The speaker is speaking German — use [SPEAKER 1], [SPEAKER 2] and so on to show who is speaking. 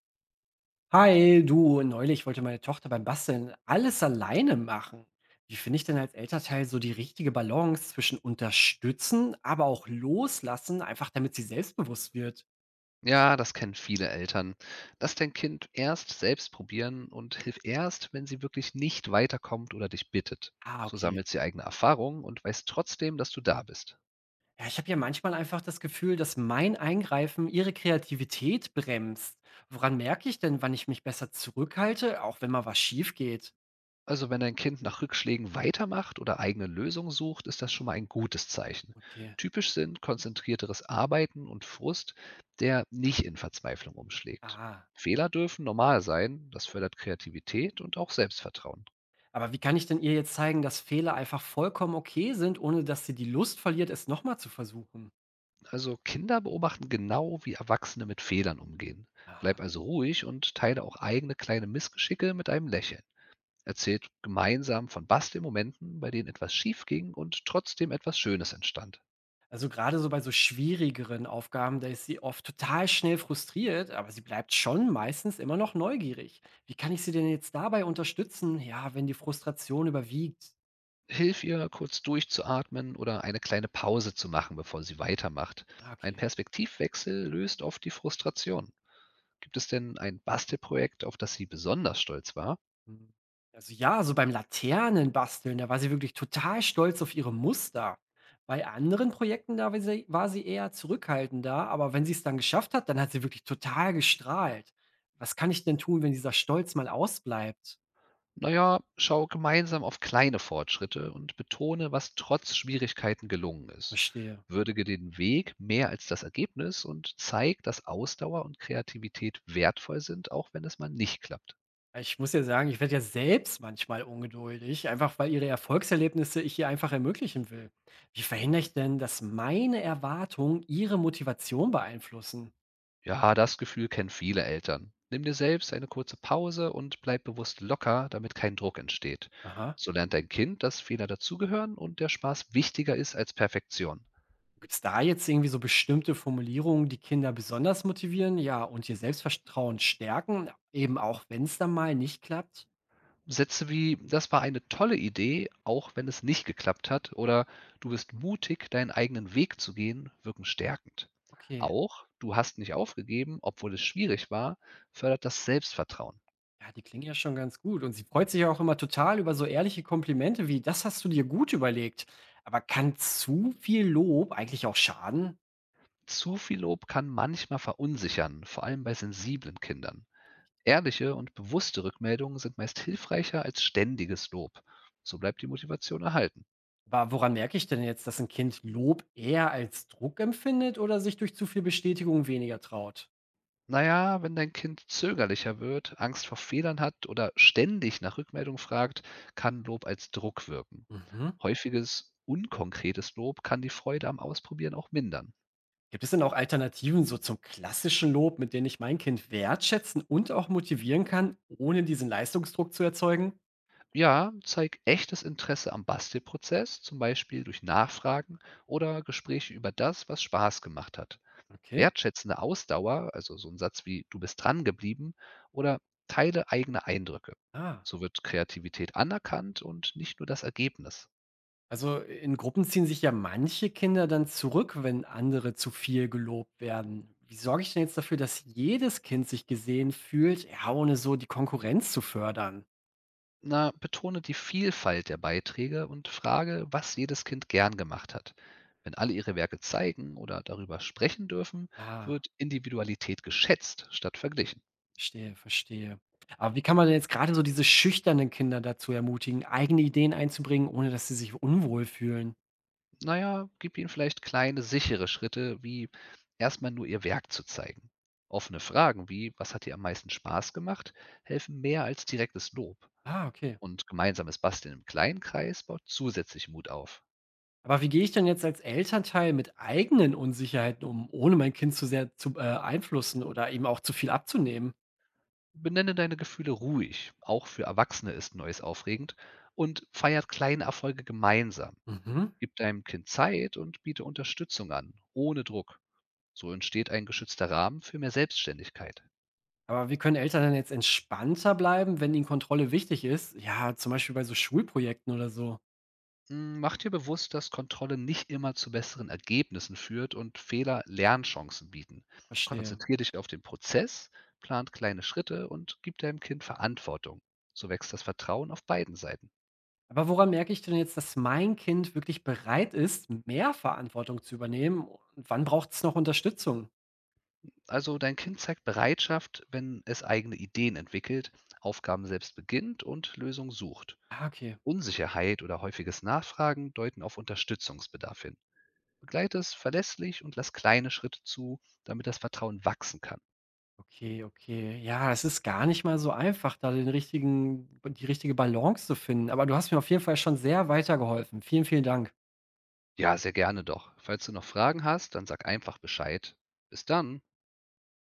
[SPEAKER 1] Hi, du, neulich wollte meine Tochter beim Basteln alles alleine machen. Wie finde ich denn als Elternteil so die richtige Balance zwischen unterstützen, aber auch loslassen, einfach damit sie selbstbewusst wird?
[SPEAKER 2] Ja, das kennen viele Eltern. Lass dein Kind erst selbst probieren und hilf erst, wenn sie wirklich nicht weiterkommt oder dich bittet.
[SPEAKER 1] Ah,
[SPEAKER 2] So
[SPEAKER 1] okay.
[SPEAKER 2] sammelt sie eigene Erfahrungen und weiß trotzdem, dass du da bist.
[SPEAKER 1] Ja, ich habe ja manchmal einfach das Gefühl, dass mein Eingreifen ihre Kreativität bremst. Woran merke ich denn, wann ich mich besser zurückhalte, auch wenn mal was schief geht?
[SPEAKER 2] Also wenn dein Kind nach Rückschlägen weitermacht oder eigene Lösungen sucht, ist das schon mal ein gutes Zeichen.
[SPEAKER 1] Okay.
[SPEAKER 2] Typisch sind konzentrierteres Arbeiten und Frust, der nicht in Verzweiflung umschlägt.
[SPEAKER 1] Ah.
[SPEAKER 2] Fehler dürfen normal sein, das fördert Kreativität und auch Selbstvertrauen.
[SPEAKER 1] Aber wie kann ich denn ihr jetzt zeigen, dass Fehler einfach vollkommen okay sind, ohne dass sie die Lust verliert, es nochmal zu versuchen?
[SPEAKER 2] Also Kinder beobachten genau, wie Erwachsene mit Fehlern umgehen. Bleib also ruhig und teile auch eigene kleine Missgeschicke mit einem Lächeln. Erzählt gemeinsam von Bastelmomenten, bei denen etwas schief ging und trotzdem etwas Schönes entstand.
[SPEAKER 1] Also gerade so bei so schwierigeren Aufgaben, da ist sie oft total schnell frustriert, aber sie bleibt schon meistens immer noch neugierig. Wie kann ich sie denn jetzt dabei unterstützen? Ja, wenn die Frustration überwiegt.
[SPEAKER 2] Hilf ihr, kurz durchzuatmen oder eine kleine Pause zu machen, bevor sie weitermacht.
[SPEAKER 1] Ah,
[SPEAKER 2] Ein
[SPEAKER 1] okay.
[SPEAKER 2] Perspektivwechsel löst oft die Frustration. Gibt es denn ein Bastelprojekt, auf das sie besonders stolz war?
[SPEAKER 1] Hm. Also ja, so beim Laternenbasteln, da war sie wirklich total stolz auf ihre Muster. Bei anderen Projekten, war sie eher zurückhaltender, aber wenn sie es dann geschafft hat, dann hat sie wirklich total gestrahlt. Was kann ich denn tun, wenn dieser Stolz mal ausbleibt?
[SPEAKER 2] Na ja, schau gemeinsam auf kleine Fortschritte und betone, was trotz Schwierigkeiten gelungen ist.
[SPEAKER 1] Verstehe.
[SPEAKER 2] Würdige den Weg mehr als das Ergebnis und zeig, dass Ausdauer und Kreativität wertvoll sind, auch wenn es mal nicht klappt.
[SPEAKER 1] Ich muss ja sagen, ich werde ja selbst manchmal ungeduldig, einfach weil ihre Erfolgserlebnisse ich ihr einfach ermöglichen will. Wie verhindere ich denn, dass meine Erwartungen ihre Motivation beeinflussen?
[SPEAKER 2] Ja, das Gefühl kennen viele Eltern. Nimm dir selbst eine kurze Pause und bleib bewusst locker, damit kein Druck entsteht.
[SPEAKER 1] Aha.
[SPEAKER 2] So lernt dein Kind, dass Fehler dazugehören und der Spaß wichtiger ist als Perfektion.
[SPEAKER 1] Gibt es da jetzt irgendwie so bestimmte Formulierungen, die Kinder besonders motivieren, ja, und ihr Selbstvertrauen stärken, eben auch wenn es dann mal nicht klappt?
[SPEAKER 2] Sätze wie: „Das war eine tolle Idee, auch wenn es nicht geklappt hat.“ oder „Du bist mutig, deinen eigenen Weg zu gehen“, wirken stärkend.
[SPEAKER 1] Okay.
[SPEAKER 2] Auch „Du hast nicht aufgegeben, obwohl es schwierig war“, fördert das Selbstvertrauen.
[SPEAKER 1] Ja, die klingen ja schon ganz gut. Und sie freut sich ja auch immer total über so ehrliche Komplimente wie, das hast du dir gut überlegt. Aber kann zu viel Lob eigentlich auch schaden?
[SPEAKER 2] Zu viel Lob kann manchmal verunsichern, vor allem bei sensiblen Kindern. Ehrliche und bewusste Rückmeldungen sind meist hilfreicher als ständiges Lob. So bleibt die Motivation erhalten.
[SPEAKER 1] Aber woran merke ich denn jetzt, dass ein Kind Lob eher als Druck empfindet oder sich durch zu viel Bestätigung weniger traut?
[SPEAKER 2] Na ja, wenn dein Kind zögerlicher wird, Angst vor Fehlern hat oder ständig nach Rückmeldung fragt, kann Lob als Druck wirken.
[SPEAKER 1] Mhm.
[SPEAKER 2] Häufiges, unkonkretes Lob kann die Freude am Ausprobieren auch mindern.
[SPEAKER 1] Gibt es denn auch Alternativen so zum klassischen Lob, mit denen ich mein Kind wertschätzen und auch motivieren kann, ohne diesen Leistungsdruck zu erzeugen?
[SPEAKER 2] Ja, zeig echtes Interesse am Bastelprozess, zum Beispiel durch Nachfragen oder Gespräche über das, was Spaß gemacht hat.
[SPEAKER 1] Okay.
[SPEAKER 2] Wertschätzende Ausdauer, also so ein Satz wie du bist dran geblieben oder teile eigene Eindrücke.
[SPEAKER 1] Ah.
[SPEAKER 2] So wird Kreativität anerkannt und nicht nur das Ergebnis.
[SPEAKER 1] Also, in Gruppen ziehen sich ja manche Kinder dann zurück, wenn andere zu viel gelobt werden. Wie sorge ich denn jetzt dafür, dass jedes Kind sich gesehen fühlt, ja, ohne so die Konkurrenz zu fördern?
[SPEAKER 2] Na, betone die Vielfalt der Beiträge und frage, was jedes Kind gern gemacht hat. Wenn alle ihre Werke zeigen oder darüber sprechen dürfen,
[SPEAKER 1] Ah.
[SPEAKER 2] wird Individualität geschätzt statt verglichen.
[SPEAKER 1] Verstehe, verstehe. Aber wie kann man denn jetzt gerade so diese schüchternen Kinder dazu ermutigen, eigene Ideen einzubringen, ohne dass sie sich unwohl fühlen?
[SPEAKER 2] Naja, gib ihnen vielleicht kleine, sichere Schritte, wie erstmal nur ihr Werk zu zeigen. Offene Fragen wie, was hat dir am meisten Spaß gemacht, helfen mehr als direktes Lob.
[SPEAKER 1] Ah, okay.
[SPEAKER 2] Und gemeinsames Basteln im kleinen Kreis baut zusätzlich Mut auf.
[SPEAKER 1] Aber wie gehe ich denn jetzt als Elternteil mit eigenen Unsicherheiten um, ohne mein Kind zu sehr zu beeinflussen oder ihm auch zu viel abzunehmen?
[SPEAKER 2] Benenne deine Gefühle ruhig. Auch für Erwachsene ist Neues aufregend und feiert kleine Erfolge gemeinsam.
[SPEAKER 1] Mhm.
[SPEAKER 2] Gib deinem Kind Zeit und biete Unterstützung an, ohne Druck. So entsteht ein geschützter Rahmen für mehr Selbstständigkeit.
[SPEAKER 1] Aber wie können Eltern dann jetzt entspannter bleiben, wenn ihnen Kontrolle wichtig ist? Ja, zum Beispiel bei so Schulprojekten oder so.
[SPEAKER 2] Mach dir bewusst, dass Kontrolle nicht immer zu besseren Ergebnissen führt und Fehler Lernchancen bieten.
[SPEAKER 1] Verstehe.
[SPEAKER 2] Konzentriere dich auf den Prozess, plant kleine Schritte und gib deinem Kind Verantwortung. So wächst das Vertrauen auf beiden Seiten.
[SPEAKER 1] Aber woran merke ich denn jetzt, dass mein Kind wirklich bereit ist, mehr Verantwortung zu übernehmen? Und wann braucht es noch Unterstützung?
[SPEAKER 2] Also dein Kind zeigt Bereitschaft, wenn es eigene Ideen entwickelt, Aufgaben selbst beginnt und Lösungen sucht.
[SPEAKER 1] Ah, okay.
[SPEAKER 2] Unsicherheit oder häufiges Nachfragen deuten auf Unterstützungsbedarf hin. Begleite es verlässlich und lass kleine Schritte zu, damit das Vertrauen wachsen kann.
[SPEAKER 1] Okay, okay. Ja, es ist gar nicht mal so einfach, da den richtigen, die richtige Balance zu finden. Aber du hast mir auf jeden Fall schon sehr weitergeholfen. Vielen, vielen Dank.
[SPEAKER 2] Ja, sehr gerne doch. Falls du noch Fragen hast, dann sag einfach Bescheid. Bis dann.